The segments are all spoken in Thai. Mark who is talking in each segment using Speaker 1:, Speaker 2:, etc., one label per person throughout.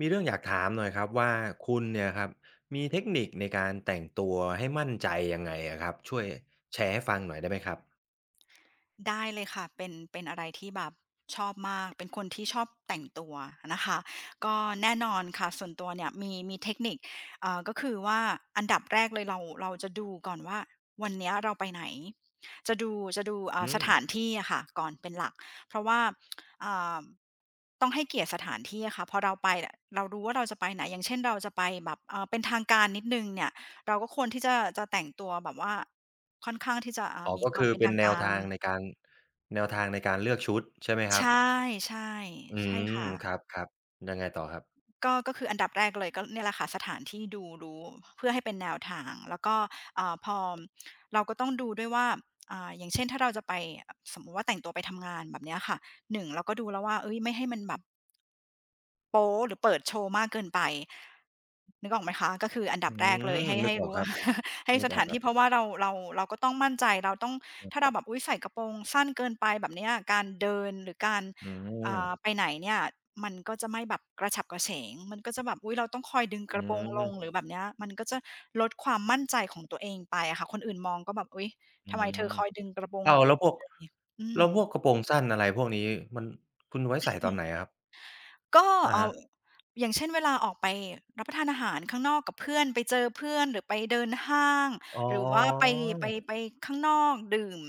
Speaker 1: มีเรื่องอยากถามหน่อยครับว่าคุณเนี่ยครับมีเทคนิคในการแต่งตัวให้มั่นใจยังไงอะครับช่วยแชร์ให้ฟังหน่อยได้ไหมครับ
Speaker 2: ได้เลยค่ะเป็นอะไรที่แบบชอบมากเป็นคนที่ชอบแต่งตัวนะคะก็แน่นอนค่ะส่วนตัวเนี่ยมีเทคนิคก็คือว่าอันดับแรกเลยเราจะดูก่อนว่าวันเนี้ยเราไปไหนจะดูจะดู
Speaker 1: อื
Speaker 2: ส
Speaker 1: ม
Speaker 2: ถานที่อะค่ะก่อนเป็นหลักเพราะว่าอ่าต้องให้เกียรติสถานที่อะค่ะพอเราไปอะเรารู้ว่าเราจะไปไหนอย่างเช่นเราจะไปแบบเป็นทางการนิดหนึ่งเนี่ยเราก็ควรที่จะแต่งตัวแบบว่าค่อนข้างที่จะ
Speaker 1: อ๋อ
Speaker 2: มี
Speaker 1: ก็
Speaker 2: ความ
Speaker 1: คือ
Speaker 2: เป็น
Speaker 1: เป็น
Speaker 2: ทาง
Speaker 1: แนว
Speaker 2: การ
Speaker 1: ทางในการแนวทางในการเลือกชุดใช่ไหมครับ
Speaker 2: ใช่ใช่
Speaker 1: อื
Speaker 2: ใช่
Speaker 1: ม
Speaker 2: ค่ะ
Speaker 1: ครับๆยังไงต่อครับ
Speaker 2: ก็คืออันดับแรกเลยก็เนี่ยแหละค่ะสถานที่ดูรู้เพื่อให้เป็นแนวทางแล้วก็พอเราก็ต้องดูด้วยว่าอย่างเช่นถ้าเราจะไปสมมุติว่าแต่งตัวไปทำงานแบบเนี้ยค่ะหนึ่งเราก็ดูแล้วว่าเฮ้ยไม่ให้มันแบบ โป๊หรือเปิดโชว์มากเกินไปนึกออกไหมคะก็คืออันดั
Speaker 1: อื
Speaker 2: บแรกเลย
Speaker 1: ม
Speaker 2: ให้
Speaker 1: นึก
Speaker 2: ให้
Speaker 1: ออก
Speaker 2: รู้
Speaker 1: ครั
Speaker 2: ว่า
Speaker 1: บ
Speaker 2: ให้
Speaker 1: นึ
Speaker 2: ส
Speaker 1: กออ
Speaker 2: ถา
Speaker 1: ก
Speaker 2: น
Speaker 1: ครั
Speaker 2: ที่
Speaker 1: บ
Speaker 2: เพราะว่าเราก็ต้องมั่นใจเราต้อง
Speaker 1: ครั
Speaker 2: ถ้าเรา
Speaker 1: บ
Speaker 2: แบบอุ้ยใส่กระโปรงสั้นเกินไปแบบเนี้ยการเดินหรือการ
Speaker 1: อืม
Speaker 2: ไปไหนเนี่ยมันก็จะไม่แบบกระฉับกระเฉงมันก็จะแบบอุ้ยเราต้องคอยดึงก
Speaker 1: อื
Speaker 2: ระโปรงลงหรื
Speaker 1: ม
Speaker 2: อแบบเนี้ยมันก็จะลดความมั่นใจของตัวเองไปอะค่ะคนอื่นมองก็แบบอุ้ย
Speaker 1: อื
Speaker 2: ทำไมเธ
Speaker 1: ม
Speaker 2: อคอยดึงกระโปรง
Speaker 1: อ้า
Speaker 2: อ
Speaker 1: ว
Speaker 2: ยู่
Speaker 1: แล้วพ
Speaker 2: เรื่
Speaker 1: ว
Speaker 2: อย
Speaker 1: ก
Speaker 2: ๆเลยอื
Speaker 1: ก
Speaker 2: ม
Speaker 1: ระโปรงสั้นอะไรพวกนี้มันคุณไว้ใส่ตอนไหนอะครับ
Speaker 2: ก็
Speaker 1: อะฮะ
Speaker 2: อย่างเช่นเวลาออกไปรับประทานอาหารข้างนอกกับเพื่อนไปเจอเพื่อนหรือไปเดินห้าง
Speaker 1: อ๋อ
Speaker 2: หรือว่าไปข้างนอกดื่ม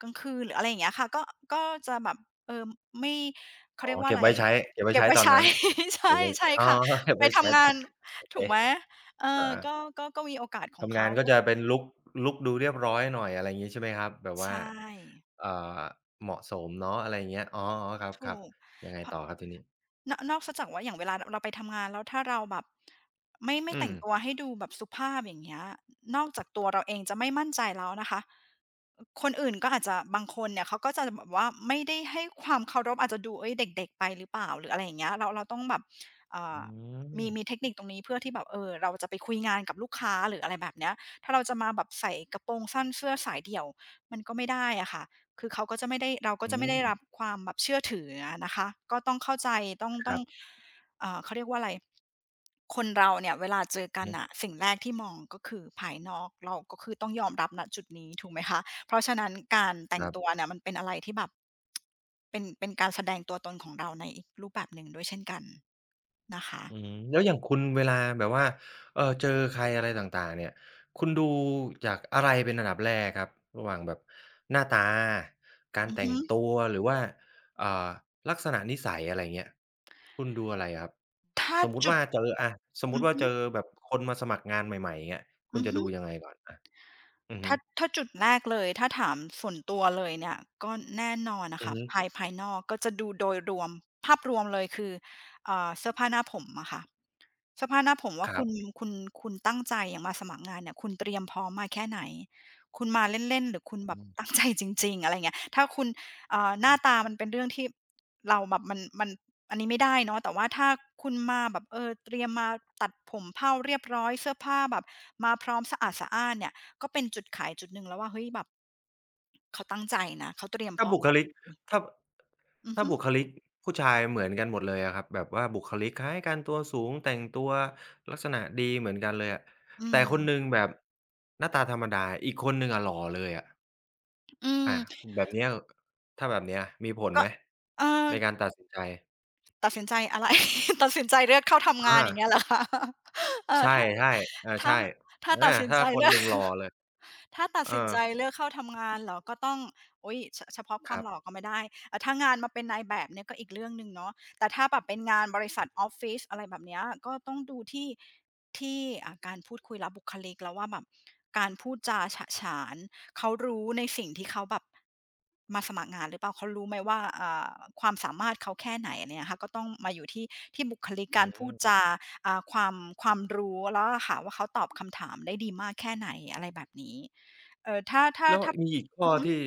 Speaker 2: กลางคืนหรืออะไรอย่างเงี้ยค่ะก็ก็จะแบบเอ่อไม่เขา
Speaker 1: อ๋อ
Speaker 2: เรียกว่า
Speaker 1: เก็
Speaker 2: อะ
Speaker 1: บ
Speaker 2: ไร
Speaker 1: ไว้ใช้
Speaker 2: เก็บไว้
Speaker 1: ตอน
Speaker 2: ใช้
Speaker 1: นั้น เก็
Speaker 2: ใช่
Speaker 1: บไว้
Speaker 2: ใช่
Speaker 1: ใช้อ๋อ
Speaker 2: ค่ะ
Speaker 1: เก็บ
Speaker 2: ไป
Speaker 1: ไว้ใช้
Speaker 2: ทำงา
Speaker 1: ตอน
Speaker 2: น
Speaker 1: โอเค
Speaker 2: ถูกไหมเออ
Speaker 1: อา
Speaker 2: ก็ก็มีโอกาสของ
Speaker 1: ทำงา
Speaker 2: เขา
Speaker 1: นก็จะเป็นลุกดูเรียบร้อยหน่อยอะไรงี้ใช่ไหมครับแบบ
Speaker 2: ใช
Speaker 1: ว่า
Speaker 2: ่
Speaker 1: อ่าเหมาะสมเนาะอะไรอย่างเงี้ยอ๋อๆค
Speaker 2: ถู
Speaker 1: รับ
Speaker 2: ก
Speaker 1: ๆยังไง
Speaker 2: พ
Speaker 1: ต่อครับทีนี้
Speaker 2: นอกเสียจากว่าอย่างเวลาเราไปทำงานแล้วถ้าเราแบบไม่
Speaker 1: อื
Speaker 2: แต่
Speaker 1: ม
Speaker 2: งตัวให้ดูแบบสุภาพอย่างเงี้ยนอกจากตัวเราเองจะไม่มั่นใจแล้วนะคะคนอื่นก็อาจจะบางคนเนี่ยเขาก็จะแบบว่าไม่ได้ให้ความเคารพอาจจะดูเฮ้ยเด็กๆไปหรือเปล่าหรืออะไรอย่างเงี้ยเราต้องแบบเอ่า
Speaker 1: อื
Speaker 2: มี
Speaker 1: ม
Speaker 2: มีเทคนิคตรงนี้เพื่อที่แบบเออเราจะไปคุยงานกับลูกค้าหรืออะไรแบบเนี้ยถ้าเราจะมาแบบใส่กระโปรงสั้นเสื้อสายเดี่ยวมันก็ไม่ได้อะค่ะ คือเขาก็จะไม่ได้เราก็
Speaker 1: อื
Speaker 2: จะไม่
Speaker 1: ม
Speaker 2: ได้รับความแบบเชื่อถืออะนะคะก็ต้องเข้าใจต้อง
Speaker 1: ค
Speaker 2: ต้อ
Speaker 1: รั
Speaker 2: ง
Speaker 1: บ
Speaker 2: เขาเรียกว่าอะไรคนเราเนี่ยเวลาเจอ
Speaker 1: อื
Speaker 2: กั
Speaker 1: อ
Speaker 2: น
Speaker 1: ฮึ
Speaker 2: น่ะสิ่งแรกที่มองก็คือภายนอกเราก็คือต้องยอมรับณจุดนี้ถูกไหมคะเพราะฉะนั้นการแต่
Speaker 1: ค
Speaker 2: ง
Speaker 1: รั
Speaker 2: ตัว
Speaker 1: บ
Speaker 2: เนี่ยมันเป็นอะไรที่แบบเป็นการแสดงตัวตนของเราในอีกรูปแบบหนึ่งด้วยเช่นกันนะคะ
Speaker 1: อืมแล้วอย่างคุณเวลาแบบว่าเจอใครอะไรต่างๆเนี่ยคุณดูจากอะไรเป็นอันดับแรกครับ ระหว่างแบบหน้าตา การ
Speaker 2: อือ
Speaker 1: แต่ง
Speaker 2: ฮึ
Speaker 1: ตัวหรือว่าอ่าลักษณะนิสัยอะไรเงี้ยคุณดูอะไรอะครับ
Speaker 2: ถ้า
Speaker 1: สมมุติ
Speaker 2: จุด
Speaker 1: ว่าเจออะสมมุ
Speaker 2: อื
Speaker 1: ติ
Speaker 2: อ
Speaker 1: ว่า
Speaker 2: ฮึ
Speaker 1: เจอแบบคนมาสมัครงานใหม่ๆเงี้ยคุ
Speaker 2: อื
Speaker 1: ณ
Speaker 2: อ
Speaker 1: จะ
Speaker 2: ฮึ
Speaker 1: ดูยังไงก่อนอะอือฮึ
Speaker 2: ถ้าจุดแรกเลยถ้าถามส่วนตัวเลยเนี่ยก็แน่นอนนะ
Speaker 1: อือ
Speaker 2: คะ
Speaker 1: ฮึ
Speaker 2: ภายภายนอกก็จะดูโดยรวมภาพรวมเลยคือเสื้อผ้าหน้าผมอะค่ะเสื้อผ้าหน้าผมว่า
Speaker 1: ครั
Speaker 2: คุณคุณตั้งใจอย่างมาสมัครงานเนี่ยคุณเตรียมพร้อมมาแค่ไหนคุณมาเล่นๆหรือคุณแบบตั้ง
Speaker 1: บ
Speaker 2: ใจจริงๆอะไรเงี้ยถ้าคุณหน้าตามันเป็นเรื่องที่เราแบบมันอันนี้ไม่ได้เนาะแต่ว่าถ้าคุณมาแบบเออเตรียมมาตัดผมเผ้าเรียบร้อยเสื้อผ้าแบบมาพร้อมสะอาดสะอ้านเนี่ย ก็เป็นจุดขายจุดหนึ่งแล้วว่าเฮ้ยแบบเขาตั้งใจนะเขาเตรียมพ
Speaker 1: ถ้า
Speaker 2: ร้อม
Speaker 1: บุค
Speaker 2: มา
Speaker 1: ลิก
Speaker 2: ดี
Speaker 1: ถ้า
Speaker 2: อือ
Speaker 1: ถ้า
Speaker 2: ฮึ
Speaker 1: บุคลิกผู้ชายเหมือนกันหมดเลยอะครับแบบว่าบุคลิกคล้ายกันตัวสูงแต่งตัวลักษณะดีเหมือนกันเลยอะ
Speaker 2: อื
Speaker 1: แต่
Speaker 2: ม
Speaker 1: คนหนึ่งแบบหน้าตาธรรมดาอีกคนหนึ่งอะหล่อเลยอะ
Speaker 2: อืม
Speaker 1: อาแบบเนี้ยถ้าแบบเนี้ยมีผล
Speaker 2: ก็
Speaker 1: ไหม
Speaker 2: เออ
Speaker 1: ในการตัดสินใจ
Speaker 2: ตัดสินใจอะไร ตัดสินใจเลือกเข้าทำงานอย่าง
Speaker 1: อา
Speaker 2: เงี้ยเหรอคะ เออ
Speaker 1: ใช่ๆอา
Speaker 2: ถ้า
Speaker 1: ใช่
Speaker 2: ถ้า
Speaker 1: อา
Speaker 2: ตัดสิน
Speaker 1: ถ้า
Speaker 2: ใจ
Speaker 1: ค
Speaker 2: เลื
Speaker 1: น
Speaker 2: อ
Speaker 1: ห
Speaker 2: ก
Speaker 1: นึ่งหล่อเลย
Speaker 2: ถ้าตัด
Speaker 1: เออ
Speaker 2: สินใจเลือกเข้าทำงานเหรอก็ต้องโอ๊ยเฉพาะค
Speaker 1: ค
Speaker 2: วาม
Speaker 1: รับ
Speaker 2: หล่อก็ไม่ได้ถ้างานมาเป็นนายแบบเนี่ยก็อีกเรื่องหนึ่งเนาะแต่ถ้าแบบเป็นงานบริษัทออฟฟิศอะไรแบบเนี้ยก็ต้องดูที่การพูดคุยและบุคลิกเราว่าแบบการพูดจาฉะฉานเขารู้ในสิ่งที่เขาแบบมาสมัครงานหรือเปล่าเขารู้ไหมว่าความสามารถเขาแค่ไหนอะไรเงี้ยค่ะก็ต้องมาอยู่ที่บุคลิก
Speaker 1: อื
Speaker 2: การพูด
Speaker 1: ม
Speaker 2: จาอ่าความความรู้แล้วอะค่ะว่าเขาตอบคำถามได้ดีมากแค่ไหนอะไรแบบนี้ ถ้าถ้า
Speaker 1: แล้ว
Speaker 2: ถ้า
Speaker 1: มีอีกข้
Speaker 2: อื
Speaker 1: อ
Speaker 2: อฮึ
Speaker 1: ที่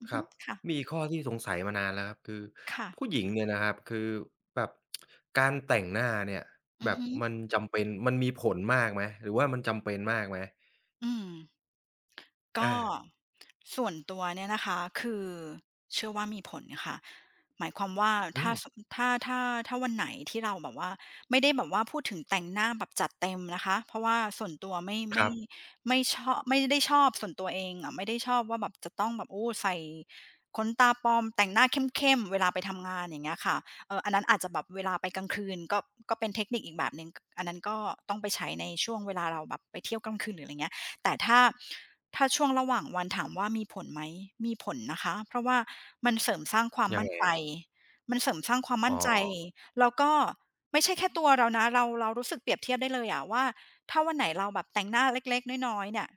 Speaker 2: อือ
Speaker 1: ค
Speaker 2: ฮึ
Speaker 1: รับ
Speaker 2: ค่ะ
Speaker 1: มีอีกข้อที่สงสัยมานานแล้วครับคือ
Speaker 2: ค่ะ
Speaker 1: ผู้หญิงเนี่ยนะครับคือแบบการแต่งหน้าเนี่ย
Speaker 2: อื
Speaker 1: แบ
Speaker 2: อ
Speaker 1: บ
Speaker 2: ฮึ
Speaker 1: มันจำเป็นมันมีผลมากไหมหรือว่ามันจำเป็นมากไหม
Speaker 2: อืม ก็
Speaker 1: อา
Speaker 2: ส่วนตัวเนี่ยนะคะคือเชื่อว่ามีผลค่ะหมายความว่า
Speaker 1: อื
Speaker 2: ถ้า
Speaker 1: ม
Speaker 2: สมถ้าถ้าถ้าวันไหนที่เราแบบว่าไม่ได้แบบว่าพูดถึงแต่งหน้าแบบจัดเต็มนะคะเพราะว่าส่วนตัว
Speaker 1: ครับ
Speaker 2: ไม่ชอบไม่ได้ชอบส่วนตัวเองอะไม่ได้ชอบว่าแบบจะต้องแบบโอ้ใส่ขนตาปลอมแต่งหน้าเข้มๆเวลาไปทำงานอย่างเงี้ยค่ะเอออันนั้นอาจจะแบบเวลาไปกลางคืนก็เป็นเทคนิคอีกแบบหนึ่งอันนั้นก็ต้องไปใช้ในช่วงเวลาเราแบบไปเที่ยวกลางคืนหรืออะไรเงี้ย แต่ถ้าช่วงระหว่างวันถามว่ามีผลไหมมีผลนะคะเพราะว่ามันเสริมสร้างความ
Speaker 1: ยัง
Speaker 2: มั่น
Speaker 1: ไง
Speaker 2: ใจ
Speaker 1: ครับ
Speaker 2: มันเสริมสร้างความ
Speaker 1: อ๋
Speaker 2: มั่นใจ
Speaker 1: อ
Speaker 2: แล้วก็ไม่ใช่แค่ตัวเรานะเรารู้สึกเปรียบเทียบได้เลยอะว่าถ้าวันไหนเราแบบแต่งหน้าเล็กๆน้อยๆเนี่ย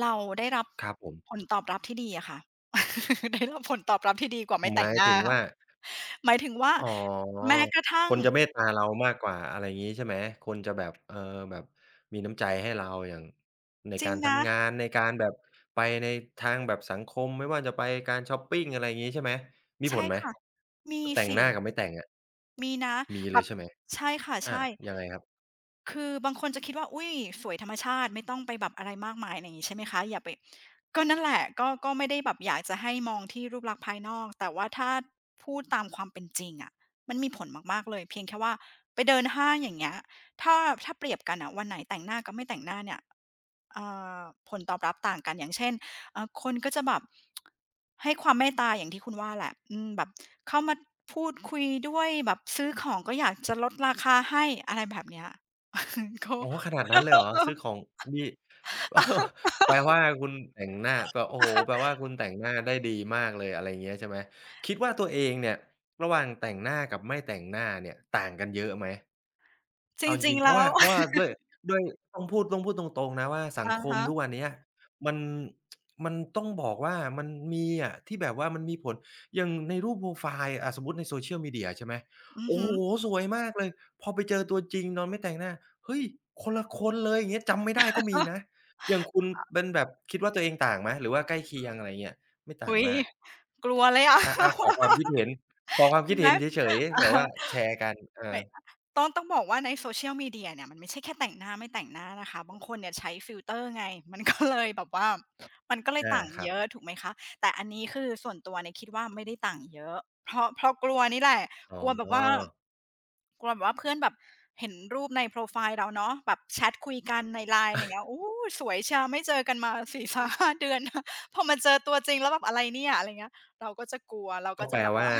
Speaker 2: เราได้รับ
Speaker 1: ครับผม
Speaker 2: ผลตอบรับที่ดีอะค่ะ ได้รับผลตอบรับที่ดีกว่าไม่
Speaker 1: ห
Speaker 2: แต่
Speaker 1: มา
Speaker 2: ง
Speaker 1: ย
Speaker 2: หน้า
Speaker 1: ถึง
Speaker 2: ค่ะ
Speaker 1: ว่า
Speaker 2: หมายถึงว่า
Speaker 1: อ๋อ
Speaker 2: แม้กระ
Speaker 1: ค
Speaker 2: ทั่ง
Speaker 1: นจะเมตตาเรามากกว่าอะไรงี้ใช่ไหม คนจะแบบเออแบบมีน้ำใจให้เราอย่างใน
Speaker 2: จริ
Speaker 1: กา
Speaker 2: ง
Speaker 1: ร
Speaker 2: นะ
Speaker 1: ทำงานในการแบบไปในทางแบบสังคมไม่ว่าจะไปการช็อปปิงอะไรงี้ใช่ไหมมีผ
Speaker 2: ใช่
Speaker 1: ลไหม
Speaker 2: ค่ะมี
Speaker 1: แต่ง
Speaker 2: สิ
Speaker 1: หน้ากับไม่แต่งอะ
Speaker 2: มีนะ
Speaker 1: มี
Speaker 2: แบ
Speaker 1: เลย
Speaker 2: บ
Speaker 1: ใช่ไหม
Speaker 2: ใช่ค่ะ
Speaker 1: อา
Speaker 2: ใช่
Speaker 1: ยังไงครับ
Speaker 2: คือบางคนจะคิดว่าอุ๊ยสวยธรรมชาติไม่ต้องไปแบบอะไรมากมายอะไรอย่างงี้ใช่ไหมคะอย่าไปก็นั่นแหละก็ไม่ได้แบบอยากจะให้มองที่รูปลักษณ์ภายนอกแต่ว่าถ้าพูดตามความเป็นจริงอะมันมีผลมากๆเลยเพียงแค่ว่าไปเดินห้างอย่างเงี้ยถ้าถ้าเปรียบกันน่ะวันไหนแต่งหน้ากับไม่แต่งหน้าเนี่ย อ่าผลตอบรับต่างกันอย่างเช่นคนก็จะแบบ ให้ความเมตตาอย่างที่คุณว่าแหละอืมแบบเข้ามาพูดคุยด้วยแบบซื้อของก็อยากจะลดราคาให้อะไรแบบเนี้ย เขา
Speaker 1: โอ้โฮขนาดนั้นเลยเหรอซื้อของนี่ แปลว่าคุณแต่งหน้าแปลโอ้โฮแปลว่าคุณแต่งหน้าได้ดีมากเลยอะไรอย่างเงี้ยใช่ไหมคิดว่าตัวเองเนี่ยระหว่างแต่งหน้ากับไม่แต่งหน้าเนี่ยต่างกันเยอะไหม
Speaker 2: จ
Speaker 1: เอาจ
Speaker 2: ริง
Speaker 1: ริงๆ
Speaker 2: ๆ
Speaker 1: เพราะ
Speaker 2: แล้ว
Speaker 1: ว่าด้วยด้วยต้องพูดตรงๆนะว่า สัง
Speaker 2: อะ
Speaker 1: คม
Speaker 2: ฮะ
Speaker 1: ทุกวันเนี้ยมันต้องบอกว่ามันมีอะที่แบบว่ามันมีผลอย่างในรูปโพรไฟล์อ่าสมมุติใน social media ใช่ไหม
Speaker 2: อือ
Speaker 1: โอ้
Speaker 2: ฮึ
Speaker 1: โฮสวยมากเลยพอไปเจอตัวจริงนอนไม่แต่งหน้าเฮ้ยคนละคนเลยอย่างเงี้ยจำไม่ได้ก็มีนะอย่างคุณเป็นแบบคิดว่าตัวเองต่างไหมหรือว่าใกล้เคียงอะไรเงี้ยไม่ต่า
Speaker 2: อุ๊
Speaker 1: ง
Speaker 2: ย
Speaker 1: มาก
Speaker 2: กลัวเลยอ่ะ
Speaker 1: อาอาขอ ความคิดเห็นขอความ
Speaker 2: ใช่
Speaker 1: คิด
Speaker 2: ไหม
Speaker 1: เห็นเฉยๆแบบว่า แชร์กันเออ
Speaker 2: ไม่ต้องบอกว่าใน social media เนี่ยมันไม่ใช่แค่แต่งหน้าไม่แต่งหน้านะคะบางคนเนี่ยใช้ฟิลเตอร์ไง มันก็เลยแบบว่ามันก็เลย
Speaker 1: อา
Speaker 2: ต่าง
Speaker 1: ครั
Speaker 2: เย
Speaker 1: บ
Speaker 2: อะถูกไหมคะแต่อันนี้คือส่วนตัวเนี่ยคิดว่าไม่ได้ต่างเยอะเพราะกลัวนี่แหละ
Speaker 1: อ๋
Speaker 2: กลัวแบบว่า
Speaker 1: อ
Speaker 2: กลัวแบบว่าเพื่อนแบบเห็นรูปในโพรไฟล์เราเนาะแบบแชตคุยกันใน LINE อะไรเงี้ยโอ้สวยเชียวไม่เจอกันมา4-5 เดือน พอมาเจอตัวจริงแล้วแบบอะไรเนี่ยอะไรเงี้ยเราก็จะกลัวเราก็
Speaker 1: ก็แป
Speaker 2: จะ
Speaker 1: ล
Speaker 2: แบบ
Speaker 1: ว่า
Speaker 2: ว่า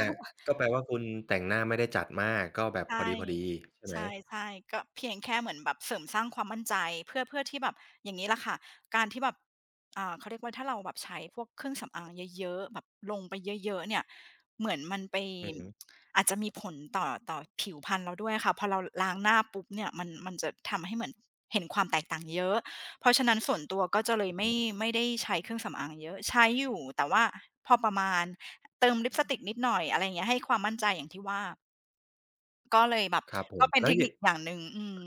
Speaker 1: คุณแต่งหน้าไม่ได้จัดมากก็แบบพอ
Speaker 2: ใช่
Speaker 1: ดีๆใช่
Speaker 2: ใ
Speaker 1: ไหม
Speaker 2: ช่ๆก็เพียงแค่เหมือนแบบเสริมสร้างความมั่นใจเพื่อที่แบบอย่างงี้แหละค่ะการที่แบบเขาเรียกว่าถ้าเราแบบใช้พวกเครื่องสำอางเยอะๆแบบลงไปเยอะๆเนี่ยเหมือนมันไป
Speaker 1: อือฮ
Speaker 2: อาจจะมีผลต่อผิวพรรณเราด้วยค่ะพอเราล้างหน้าปุ๊บเนี่ยมันจะทำให้เหมือนเห็นความแตกต่างเยอะเพราะฉะนั้นส่วนตัวก็จะเลย
Speaker 1: ึ
Speaker 2: ไม่
Speaker 1: ๆ
Speaker 2: ไม่ได้ใช้เครื่องสำอางเยอะใช้อยู่แต่ว่าพอประมาณเติมลิปสติกนิดหน่อยอะไรอย่างเงี้ยให้ความมั่นใจอย่างที่ว่า ก็เลยแบบ
Speaker 1: ครับผ
Speaker 2: ก็
Speaker 1: ม
Speaker 2: เป็น
Speaker 1: แล้
Speaker 2: เท
Speaker 1: ว
Speaker 2: ค
Speaker 1: อ
Speaker 2: นิ
Speaker 1: ย่าง
Speaker 2: คอย่างหนึ่งอืม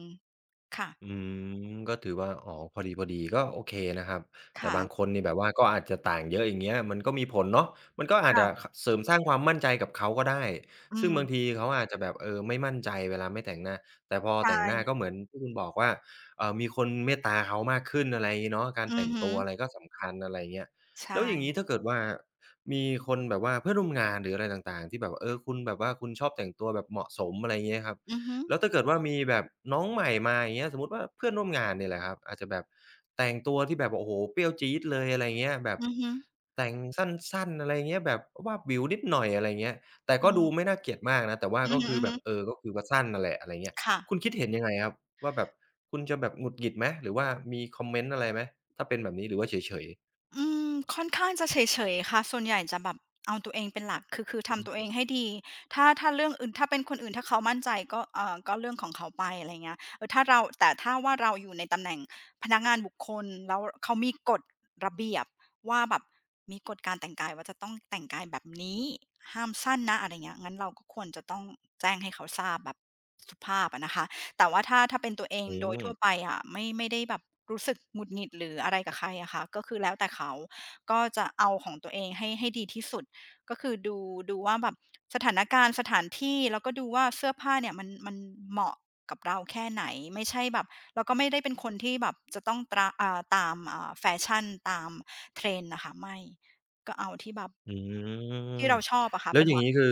Speaker 2: ค่ะ
Speaker 1: อืมก็ถือว่าอ๋อพอดีๆก็โอเคนะครับแต่
Speaker 2: ค่ะ
Speaker 1: บางคนนี่แบบว่าก็อาจจะต่างเยอะอย่างเงี้ยมันก็มีผลเนาะมันก็อาจจะข
Speaker 2: ค่ะ
Speaker 1: เสริมสร้างความมั่นใจกับเขาก็ได้
Speaker 2: อื
Speaker 1: ซึ่งบางที
Speaker 2: ม
Speaker 1: เขาอาจจะแบบเออไม่มั่นใจเวลาไม่แต่งหน้าแต่พอ
Speaker 2: ใช่
Speaker 1: แต่งหน้าก็เหมือนที่คุณบอกว่าเอ่อมีคนเมตตาเขามากขึ้นอะไรอย่างงี้เนาะการ
Speaker 2: อื
Speaker 1: แต่
Speaker 2: อ
Speaker 1: ง
Speaker 2: ฮึ
Speaker 1: ตัวอะไรก็สำคัญอะไรอย่างเงี้ย
Speaker 2: ใช่
Speaker 1: แล้วอย่างงี้ถ้าเกิดว่ามีคนแบบว่าเพื่อนร่วมงานหรืออะไรต่างๆที่แบบเออคุณแบบว่าคุณชอบแต่งตัวแบบเหมาะสมอะไรอย่างเงี้ยครับ
Speaker 2: อือฮึ
Speaker 1: แล้วถ้าเกิดว่ามีแบบน้องใหม่มาอย่างเงี้ยสมมุติว่าเพื่อนร่วมงานเนี่ยแหละครับอาจจะแบบแต่งตัวที่แบบโอ้โฮเปรี้ยวจี๊ดเลยอะไรเงี้ยแบบ
Speaker 2: อือฮึ
Speaker 1: แต่งสั้นๆอะไรเงี้ยแบบวาบหวิวนิดหน่อยอะไรเงี้ยแต่
Speaker 2: อื
Speaker 1: ก็ดูไม่
Speaker 2: ม
Speaker 1: น่าเกลียดมากนะแต่ว่า
Speaker 2: อื
Speaker 1: ก็คือ
Speaker 2: อ
Speaker 1: แบ
Speaker 2: ฮึ
Speaker 1: บเอ
Speaker 2: ๆ
Speaker 1: อก็คือว่าสั้นนั่นแหละอะไรเงี้ย
Speaker 2: ค่ะ
Speaker 1: คุณคิดเห็นยังไงครับว่าแบบคุณจะแบบหงุดหงิดไหมหรือว่ามีคอมเมนต์อะไรไหมถ้าเป็นแบบนี้หรือว่าเฉยๆ
Speaker 2: อืมค่อนข้างจะเฉยๆค่ะส่วนใหญ่จะแบบเอาตัวเองเป็นหลักคือ
Speaker 1: อือ
Speaker 2: ทำตัว
Speaker 1: ฮึ
Speaker 2: เองให้ดีถ้าเรื่องอื่นถ้าเป็นคนอื่นถ้าเขามั่นใจก็ก็เรื่องของเขาไปอะไรเงี้ยเออถ้าเราแต่ถ้าว่าเราอยู่ในตำแหน่งพนักงานบุคคลแล้วเขามีกฎระเบียบว่าแบบมีกฎการแต่งกายว่าจะต้องแต่งกายแบบนี้ห้ามสั้นนะอะไรเงี้ยงั้นเราก็ควรจะต้องแจ้งให้เขาทราบแบบสุภาพอะนะคะ แต่ว่าถ้าเป็นตัวเอง
Speaker 1: อื
Speaker 2: โดย
Speaker 1: ม
Speaker 2: ทั่วไปอะไม่ได้แบบรู้สึกหงุดหงิดหรืออะไรกับใครอะค่ะก็คือแล้วแต่เขาก็จะเอาของตัวเองให้ดีที่สุดก็คือดูว่าแบบสถานการณ์สถานที่แล้วก็ดูว่าเสื้อผ้าเนี่ยมันเหมาะกับเราแค่ไหนไม่ใช่แบบแล้วก็ไม่ได้เป็นคนที่แบบจะต้องตราอ่าตามอ่าแฟชั่นตาม trend นด์นะคะไม่ก็เอาที่แบบ
Speaker 1: อื
Speaker 2: ที่
Speaker 1: ม
Speaker 2: เราชอบอะค่ะ
Speaker 1: แล้ว
Speaker 2: เป็น
Speaker 1: อย่า
Speaker 2: ห
Speaker 1: ง
Speaker 2: ลัก
Speaker 1: งี้คือ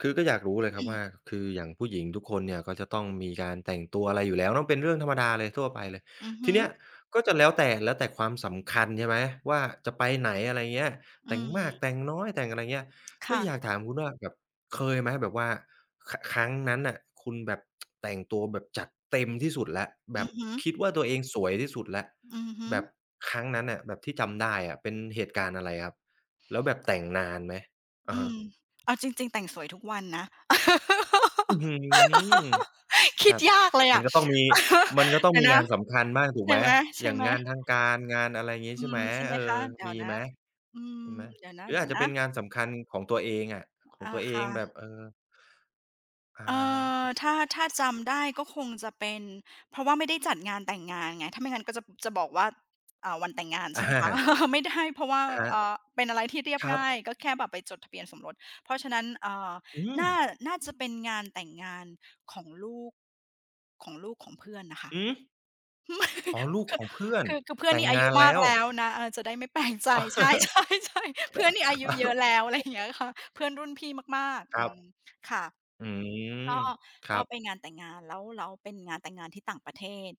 Speaker 1: คือก็อยากรู้เลยครั
Speaker 2: อื
Speaker 1: บว่า
Speaker 2: ม
Speaker 1: คืออย่างผู้หญิงทุกคนเนี่ยก็จะต้องมีการแต่งตัวอะไรอยู่แล้วเนาะเป็นเรื่องธรรมดาเลยทั่วไปเลย
Speaker 2: อือ
Speaker 1: ที
Speaker 2: ฮึ
Speaker 1: เนี้ยก็จะแล้วแต่ความสำคัญใช่ไหมว่าจะไปไหนอะไรเงี้ย
Speaker 2: อื
Speaker 1: แต่งมากแต่
Speaker 2: ม
Speaker 1: งน้อยแต่งอะไรเงี้ยแล้วอยาก
Speaker 2: ค่ะ
Speaker 1: ถามคุณว่าแบบเคยไหมแบบว่าครั้งนั้นน่ะคุณแบบแต่งตัวแบบจัดเต็มที่สุดแล้วแบ
Speaker 2: อื
Speaker 1: บ
Speaker 2: อฮึ
Speaker 1: คิดว่าตัวเองสวยที่สุดแล้ว
Speaker 2: อือฮึ
Speaker 1: แบบครั้งนั้นน่ะแบบที่จำได้อะเป็นเหตุการณ์อะไรครับแล้วแบบแต่งนานไหมอะ
Speaker 2: อื
Speaker 1: ฮะ
Speaker 2: มเอาจริงๆแต่งสวยทุกวันนะ
Speaker 1: อื้อฮือ ค
Speaker 2: คิด
Speaker 1: รับ
Speaker 2: ยากเลย
Speaker 1: มัน
Speaker 2: อะ
Speaker 1: ก็ต้องมีมันก็ต้ อง
Speaker 2: เดี๋ย
Speaker 1: มี
Speaker 2: วนะ
Speaker 1: งานสำคัญบ้างถูก
Speaker 2: ใช่
Speaker 1: ไหม
Speaker 2: ไ
Speaker 1: อย่าง
Speaker 2: หม
Speaker 1: งานทาง
Speaker 2: ๆ
Speaker 1: การงานอะไรงี้
Speaker 2: อื
Speaker 1: ใช่ไหม
Speaker 2: มใช่ไห
Speaker 1: เอ
Speaker 2: ม
Speaker 1: อ
Speaker 2: คะเดี๋ย
Speaker 1: มี
Speaker 2: วนะ
Speaker 1: ไหม
Speaker 2: อืม
Speaker 1: มีไหม
Speaker 2: เดี๋ยวนะ
Speaker 1: หรือ
Speaker 2: เดี๋ย
Speaker 1: อา
Speaker 2: ว
Speaker 1: จจะ
Speaker 2: นะ
Speaker 1: เป็นงานสำคัญของตัวเองอะของ
Speaker 2: อา
Speaker 1: ตัวเอง
Speaker 2: ค่ะ
Speaker 1: แบบเอออ่า
Speaker 2: เอ่ถ้าจำได้ก็คงจะเป็นเพราะว่าไม่ได้จัดงานแต่งงานไงถ้าไม่งั้นก็จะบอกว่าอ่าวันแต่งงาน
Speaker 1: อ
Speaker 2: ใช่ไหมคะ
Speaker 1: า
Speaker 2: ไม่ได้เพราะว่า
Speaker 1: อะฮะ
Speaker 2: เป็นอะไรที่เรียบ
Speaker 1: ครับ
Speaker 2: ง่ายก็แค่แบบไปจดทะเบียนสมรสเพราะฉะนั้น
Speaker 1: อืม
Speaker 2: น่าน่าจะเป็นงานแต่งงานของลูกของลูกของเพื่อนน่ะค่ะ
Speaker 1: หืออ๋อลูกของเพื่อ น
Speaker 2: คือเพื่อน
Speaker 1: แต่ง
Speaker 2: นี่อายุ
Speaker 1: งาน
Speaker 2: มา
Speaker 1: แล้
Speaker 2: ก
Speaker 1: ว
Speaker 2: แล้วนะเออจะได้ไม่แปลกใจ ใช ่ๆๆเพื่อนนี่
Speaker 1: ค
Speaker 2: อายุ
Speaker 1: รั
Speaker 2: เยอะ
Speaker 1: บ
Speaker 2: แล้วอะไรอย่างเงี้ยค่ะเพื่อนรุ่นพี่มากๆ
Speaker 1: ค
Speaker 2: อื
Speaker 1: รับ
Speaker 2: มค่ะ
Speaker 1: อืม
Speaker 2: ก็
Speaker 1: ครั
Speaker 2: ก็ไป
Speaker 1: บ
Speaker 2: งานแต่งงานแล้วเป็นงานแต่งงานที่ต่างประเทศ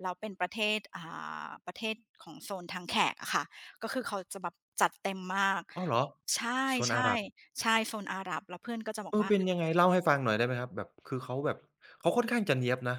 Speaker 2: แล้วเป็นประเทศประเทศของโซนทางแขกอะค่ะก็คือเขาจะแบบจัดเต็มมาก
Speaker 1: อ้าวเหรอ
Speaker 2: ใช่
Speaker 1: โซนอาหรับ
Speaker 2: ๆใช่โซนอาหรับแล้วเพื่อนก็จะบอ
Speaker 1: เอ
Speaker 2: ก
Speaker 1: อ
Speaker 2: ว่า
Speaker 1: เป็นยังไงเล่าให้ฟังหน่อยได้ไหมครับแบบคือเขาแบบเขาค่อนข้างจะเนี๊ยบนะ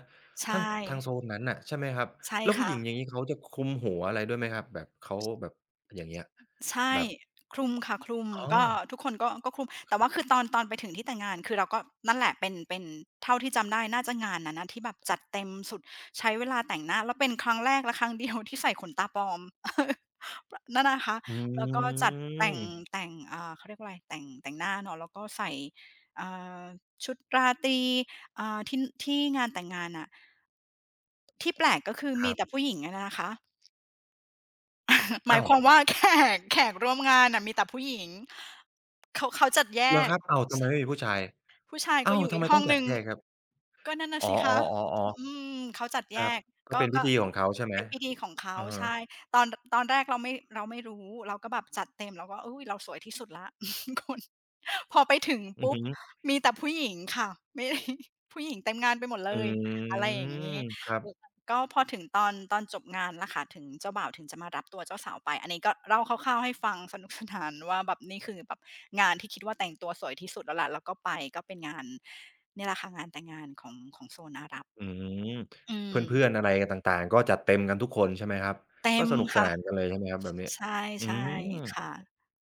Speaker 1: ท้ง
Speaker 2: ใช่
Speaker 1: ทางโซนนั้นน่ะใช่ไหมครับ
Speaker 2: ใช่
Speaker 1: แล้วผู้ห
Speaker 2: ค่ะ
Speaker 1: ญิงอย่างงี้เขาจะคลุมหัวอะไรด้วยไหมครับแบบเขาแบบอย่างเงี้ย
Speaker 2: ใช่
Speaker 1: แบบ
Speaker 2: คลุมค่ะคลุมค
Speaker 1: อ๋อ
Speaker 2: กร็ทุกคนก็คลุมแต่ว่าคือตอนไปถึงที่แต่งงานคือเราก็นั่นแหละเป็นเท่าที่จำได้น่าจะงานนั้นน่ะที่แบบจัดเต็มสุดใช้เวลาแต่งหน้าแล้วเป็นครั้งแรกและครั้งเดียวที่ใส่ขนตาปลอม นั่นนะคะ
Speaker 1: อื
Speaker 2: แล้วก็จัดแต่ง
Speaker 1: ม
Speaker 2: แต่งอ่าเขาเรียกว่าอะไรแต่งหน้าเนาะแล้วก็ใส่อ่าชุดราตรีอ่าที่ที่งานแต่งงานน่ะที่แปลกก็คือ
Speaker 1: ค
Speaker 2: มี
Speaker 1: รั
Speaker 2: แต่
Speaker 1: บ
Speaker 2: ผู้หญิงอะนะคะ หมาย
Speaker 1: อ้าว
Speaker 2: ความว่า แขกร่วมงานน่ะมีแต่ผู้หญิงเขาจัดแย
Speaker 1: เหรอ
Speaker 2: ก
Speaker 1: ครับอ้าวทำไมไม่มีผู้ชาย
Speaker 2: ผู้ชายก็
Speaker 1: อ้า
Speaker 2: อ
Speaker 1: ว
Speaker 2: ยู่
Speaker 1: ทำ
Speaker 2: อีก
Speaker 1: ไม
Speaker 2: ห้
Speaker 1: ต้
Speaker 2: อ
Speaker 1: อง
Speaker 2: งห
Speaker 1: จัด
Speaker 2: นึ่ง
Speaker 1: แยกครับ
Speaker 2: ก็นั่นน่ะ
Speaker 1: อ๋อ
Speaker 2: สิคะอื
Speaker 1: ๆๆ
Speaker 2: มเขาจัด
Speaker 1: ๆค
Speaker 2: แย
Speaker 1: รับ
Speaker 2: ก
Speaker 1: ก็
Speaker 2: ก็
Speaker 1: เป็นพิ
Speaker 2: ก็
Speaker 1: ธีของเขาใช่ไหม
Speaker 2: เป็นพิธีของเขา
Speaker 1: อะฮะ
Speaker 2: ใช่ตอนตอนแรกเราไม่รู้เราก็แบบจัดเต็มเราก็อุ๊ยเราสวยที่สุดแล้ว คุณพอไปถึง
Speaker 1: อือ
Speaker 2: ปุ๊บ
Speaker 1: ฮึ
Speaker 2: มีแต่ผู้หญิงค่ะไม่ ผู้หญิงเต็มงานไปหมดเล
Speaker 1: อื
Speaker 2: ยอะไรอ
Speaker 1: ม
Speaker 2: ย่างนี้
Speaker 1: ครับ
Speaker 2: ก็พอถึงตอนจบงานละค่ะถึงเจ้าบ่าวถึงจะมารับตัวเจ้าสาวไปอันนี้ก็เล่าคร่าวๆให้ฟังสนุกสนานว่าแบบนี่คือแบบงานที่คิดว่าแต่งตัวสวยที่สุดแล้วแหละแล้วก็ไปก็เป็นงาน เนี่ยแหละค่ะงานแต่งงานของโซนอาหรับ
Speaker 1: อืม
Speaker 2: อื
Speaker 1: เพ
Speaker 2: ม
Speaker 1: ื่อนๆอะไรกันต่างๆก็จัดเต็มกันทุกคนใช่ไหมครับ
Speaker 2: เต็
Speaker 1: ก็
Speaker 2: ม
Speaker 1: สนุกส
Speaker 2: ค่ะ
Speaker 1: นานกันเลยใช่ไหมครับแบบนี้
Speaker 2: ใช่
Speaker 1: อืม
Speaker 2: ๆค่ะ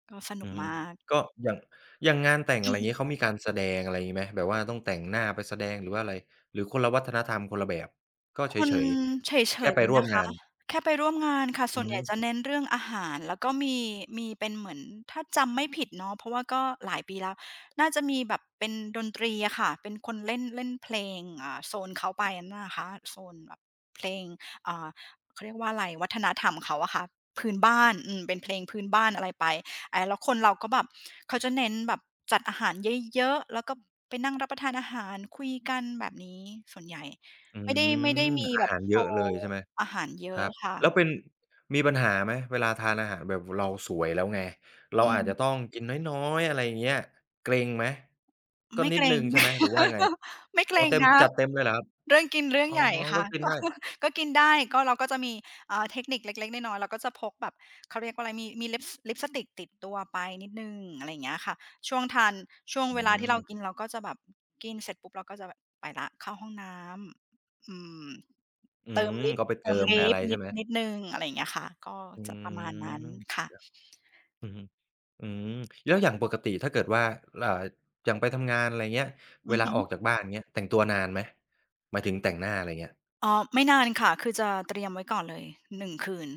Speaker 2: ก็สนุ
Speaker 1: อื
Speaker 2: ก
Speaker 1: อฮึ
Speaker 2: มาก
Speaker 1: ก็อย่างอย่างงานแต่งอะไรอย่างงี้เขามีการแสดงอะไรอย่างงี้ไหมแบบว่าต้องแต่งหน้าไปแสดงหรือว่าอะไรหรือคนละวัฒนธรรมคนละแบบก็
Speaker 2: ค
Speaker 1: เฉ
Speaker 2: น
Speaker 1: ย
Speaker 2: เฉ
Speaker 1: ๆแค่
Speaker 2: ย
Speaker 1: ไปร่
Speaker 2: ๆ
Speaker 1: วม
Speaker 2: นะ
Speaker 1: งา
Speaker 2: คะ
Speaker 1: น
Speaker 2: แค่ไปร่วมงานค่ะส่
Speaker 1: อื
Speaker 2: วน
Speaker 1: อ
Speaker 2: ให
Speaker 1: ฮึ
Speaker 2: ญ่จะเน้นเรื่องอาหารแล้วก็มีเป็นเหมือนถ้าจำไม่ผิดเนาะเพราะว่าก็หลายปีแล้วน่าจะมีแบบเป็นดนตรีอะค่ะเป็นคนเล่นเล่นเพลงอ่าโซนเขาไปนะคะโซนแบบเพลงอ่าเขาเรียกว่าอะไรวัฒนธรรมเขาอะค่ะพื้นบ้านอืมเป็นเพลงพื้นบ้านอะไรไปอ่าแล้วคนเราก็แบบเขาจะเน้นแบบจัดอาหารเยอะๆแล้วก็ไปนั่งรับประทานอาหารคุยกันแบบนี้ส่วนใหญ่
Speaker 1: อื
Speaker 2: ไม่ได้ไม่
Speaker 1: ม
Speaker 2: ได้มี
Speaker 1: อา
Speaker 2: แบบ
Speaker 1: หาร
Speaker 2: โช
Speaker 1: เยอะเลย
Speaker 2: ว์
Speaker 1: ใช่ไหม
Speaker 2: อาหารเย
Speaker 1: ค
Speaker 2: อะ
Speaker 1: รับ
Speaker 2: ค่ะ
Speaker 1: แล้วเป็นมีปัญหาไหมเวลาทานอาหารแบบเราสวยแล้วไงเรา
Speaker 2: อื
Speaker 1: อาจจะต้อ
Speaker 2: ม
Speaker 1: งกินน้อยๆอะไรอย่างเงี้ยเกร็งไหมก็
Speaker 2: ไม่
Speaker 1: นิ
Speaker 2: เก
Speaker 1: ด
Speaker 2: ร
Speaker 1: หนึ่
Speaker 2: ง
Speaker 1: งใช่ไหมหรือว่ายังไง
Speaker 2: ไม่เก
Speaker 1: อ๋
Speaker 2: ร
Speaker 1: อ
Speaker 2: ง
Speaker 1: เต็ม
Speaker 2: นะ
Speaker 1: จัดเต็มเลยเหรอครับ
Speaker 2: เรื่องกินเรื่อง
Speaker 1: อ๋อ
Speaker 2: ใหญ่
Speaker 1: ก็
Speaker 2: ค่ะ
Speaker 1: กิน
Speaker 2: ก็
Speaker 1: ได้
Speaker 2: ก็กินได้ก็เราก็จะมีอ่าเทคนิคเล็กๆน้อยๆเราก็จะพกแบบเขาเรียกว่าอะไรมีลิปลิปสติกติดตัวไปนิดหนึ่งอะไรอย่างเงี้ยค่ะช่วงทานช่วง
Speaker 1: อื
Speaker 2: เวลาที่
Speaker 1: ม
Speaker 2: เรากินเราก็จะแบบกินเสร็จปุ๊บเราก็จะแบบไปแล้วเข้าห้องน้ำอืม
Speaker 1: อื
Speaker 2: เติม
Speaker 1: ม
Speaker 2: ลิป
Speaker 1: ก็ไป
Speaker 2: เติ
Speaker 1: เติ
Speaker 2: ม
Speaker 1: มไป
Speaker 2: ลิ
Speaker 1: อะ
Speaker 2: ป
Speaker 1: ไร
Speaker 2: นิ
Speaker 1: ใช่
Speaker 2: ด
Speaker 1: ไหม
Speaker 2: นิดหนึ่งอะไรอย่างเงี้ยค่ะก็
Speaker 1: อื
Speaker 2: จะประมาณนั้น
Speaker 1: มค
Speaker 2: ค่ะ
Speaker 1: รับอือฮึอืมแล้วอย่างปกติถ้าเกิดว่าอ่าอย่างไปทำงานอะไรเงี้ย
Speaker 2: อื
Speaker 1: เว
Speaker 2: อ
Speaker 1: ลา
Speaker 2: ฮึ
Speaker 1: ออกจากบ้านเงี้ยแต่งตัวนานไหมหมายถึงแต่งหน้าอะไรเงี้ย
Speaker 2: อ๋อไม่นานค่ะคือจะเตรียมไว้ก่อนเลย1คืน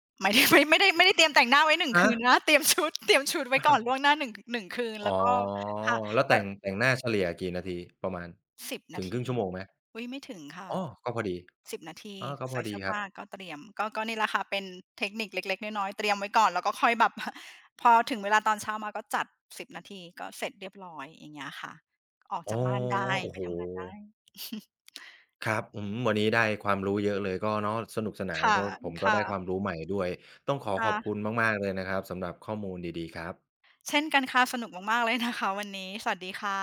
Speaker 2: หมายถึง ไม่ได้เตรียมแต่งหน้าไว้หนึ่ง
Speaker 1: ฮะ
Speaker 2: คืนนะ เตรียมชุด เตรียมชุดไว้ก่อนล่วงหน้าหนึ่งคืน
Speaker 1: อ๋อ
Speaker 2: แล้วก็ค่ะ
Speaker 1: แล้ว
Speaker 2: ก็
Speaker 1: แต่งหน้าเฉลี่ยกี่นาทีประมาณ
Speaker 2: สิบนา
Speaker 1: ถึงครึ่
Speaker 2: ที
Speaker 1: งชั่วโมงไหม
Speaker 2: อุ๊ยไม่ถึงค่ะ
Speaker 1: อ๋อก็พอดี
Speaker 2: สิบนาที
Speaker 1: อ๋อก็พอ
Speaker 2: ใส่
Speaker 1: ดี
Speaker 2: เสื้อ
Speaker 1: ครับ
Speaker 2: ผ้าก็เตรียมก็นี่แหละค่ะเป็นเทคนิคเล็กๆน้อยๆเตรียมไว้ก่อนแล้วก็ค่อยแบบ พอถึงเวลาตอนเช้ามาก็จัดสิบนาทีก็เสร็จเรียบร้อยอย่างเงี้ยค่ะออก
Speaker 1: อ๋อ
Speaker 2: จากบ้านได้
Speaker 1: โอ้
Speaker 2: ไป
Speaker 1: โฮ
Speaker 2: ทำงานได้
Speaker 1: ครับอืมวันนี้ได้ความรู้เยอะเลยก็เนาะสนุกสนาน
Speaker 2: ค่ะ
Speaker 1: ก็ผมก็ได้ความ
Speaker 2: ค่ะ
Speaker 1: รู้ใหม่ด้วยต้องขอบคุณ
Speaker 2: ค่ะ
Speaker 1: มากๆเลยนะครับสำหรับข้อมูลดีๆครับ
Speaker 2: เช่นกันค่ะสนุกมากๆ เลยนะคะวันนี้สวัสดีค่ะ